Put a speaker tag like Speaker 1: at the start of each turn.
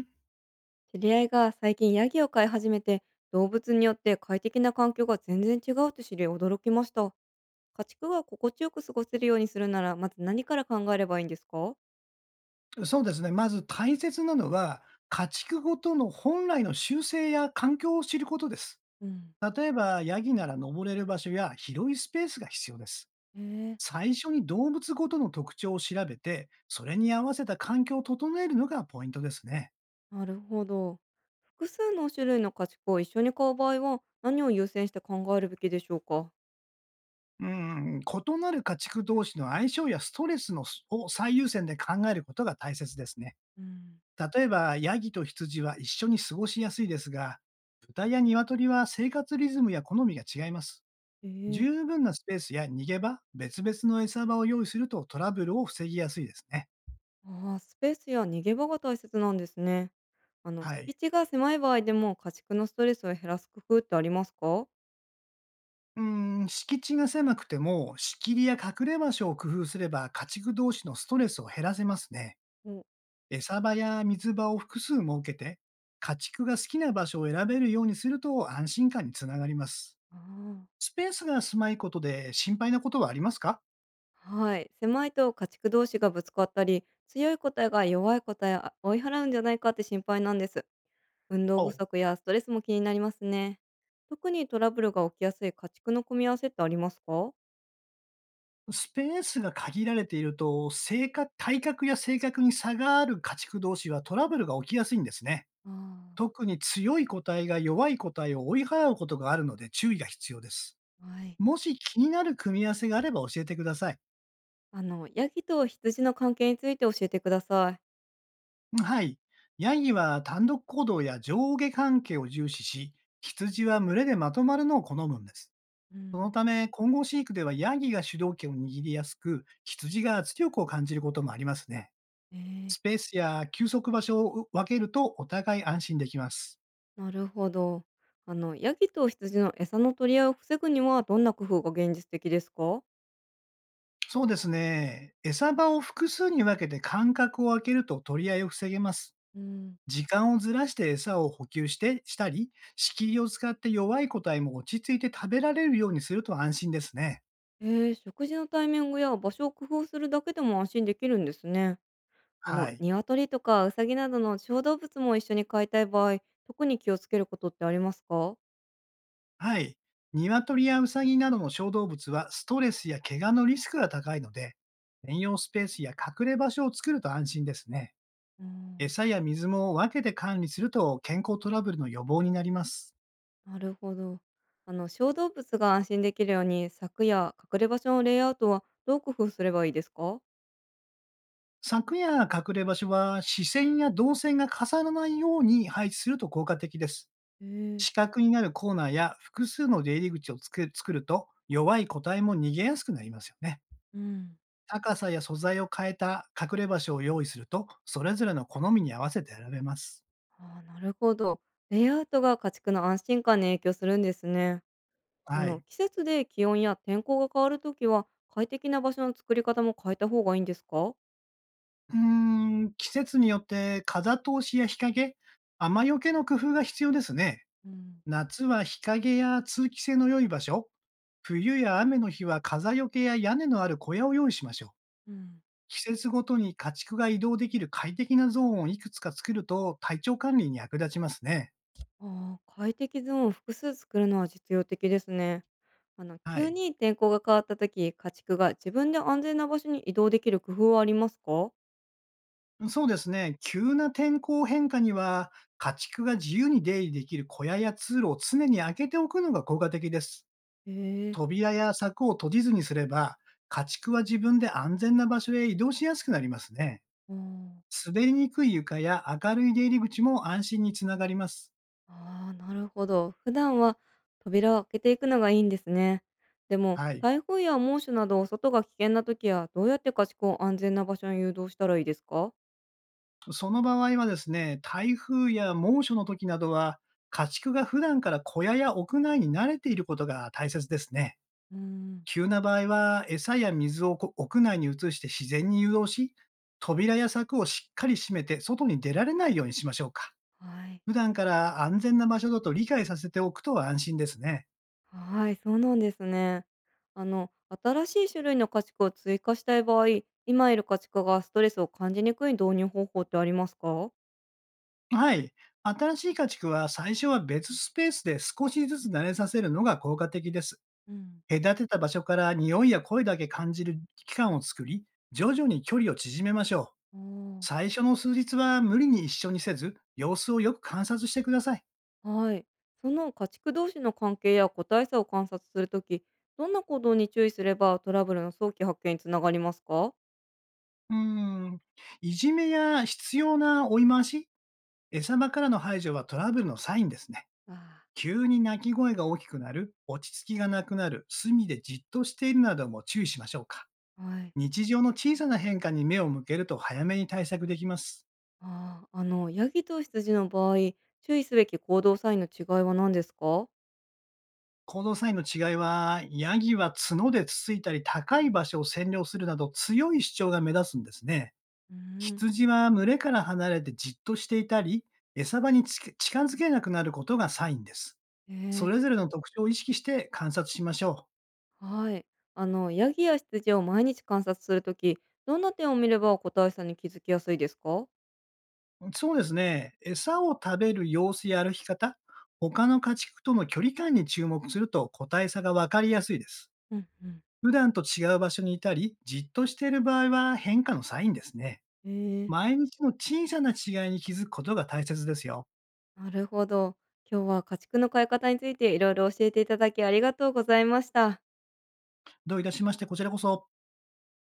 Speaker 1: 知り合いが最近ヤギを飼い始めて、動物によって快適な環境が全然違うと知り驚きました。家畜が心地よく過ごせるようにするならまず何から考えればいいんですか？
Speaker 2: そうですね。まず大切なのは、家畜ごとの本来の習性や環境を知ることです。
Speaker 1: うん。
Speaker 2: 例えば、ヤギなら登れる場所や広いスペースが必要です。
Speaker 1: へえ。
Speaker 2: 最初に動物ごとの特徴を調べて、それに合わせた環境を整えるのがポイントですね。
Speaker 1: なるほど。複数の種類の家畜を一緒に飼う場合は何を優先して考えるべきでしょうか？
Speaker 2: うん、異なる家畜同士の相性やストレスのを最優先で考えることが大切ですね。
Speaker 1: うん。
Speaker 2: 例えば、ヤギと羊は一緒に過ごしやすいですが、豚や鶏は生活リズムや好みが違います。
Speaker 1: へえ。
Speaker 2: 十分なスペースや逃げ場、別々の餌場を用意するとトラブルを防ぎやすいですね。
Speaker 1: ああ、スペースや逃げ場が大切なんですね。あの、
Speaker 2: は
Speaker 1: 敷
Speaker 2: い。
Speaker 1: 地が狭い場合でも家畜のストレスを減らす工夫ってありますか？
Speaker 2: うー敷地が狭くても、仕切りや隠れ場所を工夫すれば、家畜同士のストレスを減らせますね。
Speaker 1: お。
Speaker 2: 餌場や水場を複数設けて、家畜が好きな場所を選べるようにすると安心感につながります。
Speaker 1: ああー。
Speaker 2: スペースが狭いことで心配なことはありますか？
Speaker 1: はい。狭いと家畜同士がぶつかったり、強い個体が弱い個体を追い払うんじゃないかって心配なんです。運動不
Speaker 2: お。
Speaker 1: 足やストレスも気になりますね。特にトラブルが起きやすい家畜の組み合わせってありますか？
Speaker 2: スペースが限られていると、性格体格や性格に差がある家畜同士はトラブルが起きやすいんですね。
Speaker 1: あ
Speaker 2: 特に強い個体が弱い個体を追い払うことがあるので注意が必要です。
Speaker 1: あ、はい。
Speaker 2: もし気になる組み合わせがあれば教えてください。
Speaker 1: あの、ヤギと羊の関係について教えてください。
Speaker 2: はい。ヤギは単独行動や上下関係を重視し、羊は群れでまとまるのを好むんです。
Speaker 1: う
Speaker 2: その
Speaker 1: ん。
Speaker 2: ため、混合飼育ではヤギが主導権を握りやすく、羊が圧力を感じることもありますね。
Speaker 1: え
Speaker 2: ス
Speaker 1: ー、
Speaker 2: ペースや休息場所を分けるとお互い安心できます。
Speaker 1: なるほど。あの、ヤギと羊の餌の取り合いを防ぐにはどんな工夫が現実的ですか？
Speaker 2: そうですね。餌場を複数に分けて間隔を空けると取り合いを防げます。
Speaker 1: うん。
Speaker 2: 時間をずらして餌を補給してしたり、仕切りを使って弱い個体も落ち着いて食べられるようにすると安心ですね。
Speaker 1: ええ、食事のタイミングや場所を工夫するだけでも安心できるんですね。あの、
Speaker 2: はい。
Speaker 1: 鶏とかウサギなどの小動物も一緒に飼いたい場合、特に気をつけることってありますか？
Speaker 2: はい。鶏やウサギなどの小動物はストレスや怪我のリスクが高いので、専用スペースや隠れ場所を作ると安心ですね。
Speaker 1: うん。
Speaker 2: 餌や水も分けて管理すると健康トラブルの予防になります。
Speaker 1: あー、なるほど。あの、小動物が安心できるように、柵や隠れ場所のレイアウトはどう工夫すればいいですか？
Speaker 2: 柵や隠れ場所は視線や動線が重ならないように配置すると効果的です。
Speaker 1: ええ、
Speaker 2: 四角になるコーナーや複数の出入り口を作ると弱い個体も逃げやすくなりますよね。
Speaker 1: うん。
Speaker 2: 高さや素材を変えた隠れ場所を用意すると、それぞれの好みに合わせて選べます。
Speaker 1: ああ、なるほど。レイアウトが家畜の安心感に影響するんですね。そ
Speaker 2: は
Speaker 1: の
Speaker 2: い。
Speaker 1: 季節で気温や天候が変わるときは、快適な場所の作り方も変えた方がいいんですか？
Speaker 2: うー季節によって風通しや日陰、雨よけの工夫が必要ですね。
Speaker 1: うん、
Speaker 2: 夏は日陰や通気性の良い場所、冬や雨の日は風よけや屋根のある小屋を用意しましょう。
Speaker 1: うん。
Speaker 2: 季節ごとに家畜が移動できる快適なゾーンをいくつか作ると体調管理に役立ちますね。
Speaker 1: ああ、快適ゾーンを複数作るのは実用的ですね。あの、
Speaker 2: は
Speaker 1: 急
Speaker 2: い。
Speaker 1: に天候が変わったとき、家畜が自分で安全な場所に移動できる工夫はありますか？
Speaker 2: そうですね。急な天候変化には家畜が自由に出入りできる小屋や通路を常に開けておくのが効果的です。
Speaker 1: へえ、
Speaker 2: 扉や柵を閉じずにすれば家畜は自分で安全な場所へ移動しやすくなりますね。
Speaker 1: あー。
Speaker 2: 滑りにくい床や明るい出入り口も安心につながります。
Speaker 1: あー、なるほど。普段は扉を開けていくのがいいんですね。でも、
Speaker 2: はい。
Speaker 1: 台風や猛暑など外が危険なときは、どうやって家畜を安全な場所に誘導したらいいですか？
Speaker 2: その場合はですね、台風や猛暑の時などは、家畜が普段から小屋や屋内に慣れていることが大切ですね。
Speaker 1: うーん。
Speaker 2: 急な場合は、餌や水をこ屋内に移して自然に誘導し、扉や柵をしっかり閉めて外に出られないようにしましょうか。
Speaker 1: はい。
Speaker 2: 普段から安全な場所だと理解させておくと安心ですね。
Speaker 1: はい、そうなんですね。あの、新しい種類の家畜を追加したい場合、今いる家畜がストレスを感じにくい導入方法ってありますか？
Speaker 2: はい。新しい家畜は最初は別スペースで少しずつ慣れさせるのが効果的です。
Speaker 1: うん。
Speaker 2: 隔てた場所から匂いや声だけ感じる期間を作り、徐々に距離を縮めましょう。
Speaker 1: あ
Speaker 2: 最初の数日は無理に一緒にせず、様子をよく観察してください。
Speaker 1: あ、はい。その家畜同士の関係や個体差を観察するとき、どんな行動に注意すればトラブルの早期発見につながりますか？
Speaker 2: うーん。いじめや必要な追い回し、餌場からの排除はトラブルのサインですね。
Speaker 1: ああ。
Speaker 2: 急に鳴き声が大きくなる、落ち着きがなくなる、隅でじっとしているなども注意しましょうか。
Speaker 1: はい。
Speaker 2: 日常の小さな変化に目を向けると早めに対策できます。
Speaker 1: ああ、あの、ヤギと羊の場合、注意すべき行動サインの違いは何ですかー？
Speaker 2: 行動サインの違いは、ヤギは角でつついたり高い場所を占領するなど強い主張が目立つんですね。
Speaker 1: うん、
Speaker 2: 羊は群れから離れてじっとしていたり、餌場につけ近づけなくなることがサインです。そ
Speaker 1: ええ。
Speaker 2: れぞれの特徴を意識して観察しましょ
Speaker 1: はい。あの、ヤギや羊を毎日観察するとき、どんな点を見れば個体差に気づきやすいですか？
Speaker 2: う。そうですね。餌を食べる様子や歩き方、他の家畜との距離感に注目すると個体差がわかりやすいです。
Speaker 1: うん、うん。
Speaker 2: 普段と違う場所にいたり、じっとしている場合は変化のサインですね。
Speaker 1: へえ。
Speaker 2: 毎日の小さな違いに気づくことが大切ですよ。
Speaker 1: なるほど。今日は家畜の飼い方についていろいろ教えていただき、ありがとうございました。
Speaker 2: どういたしまして、こちらこそ。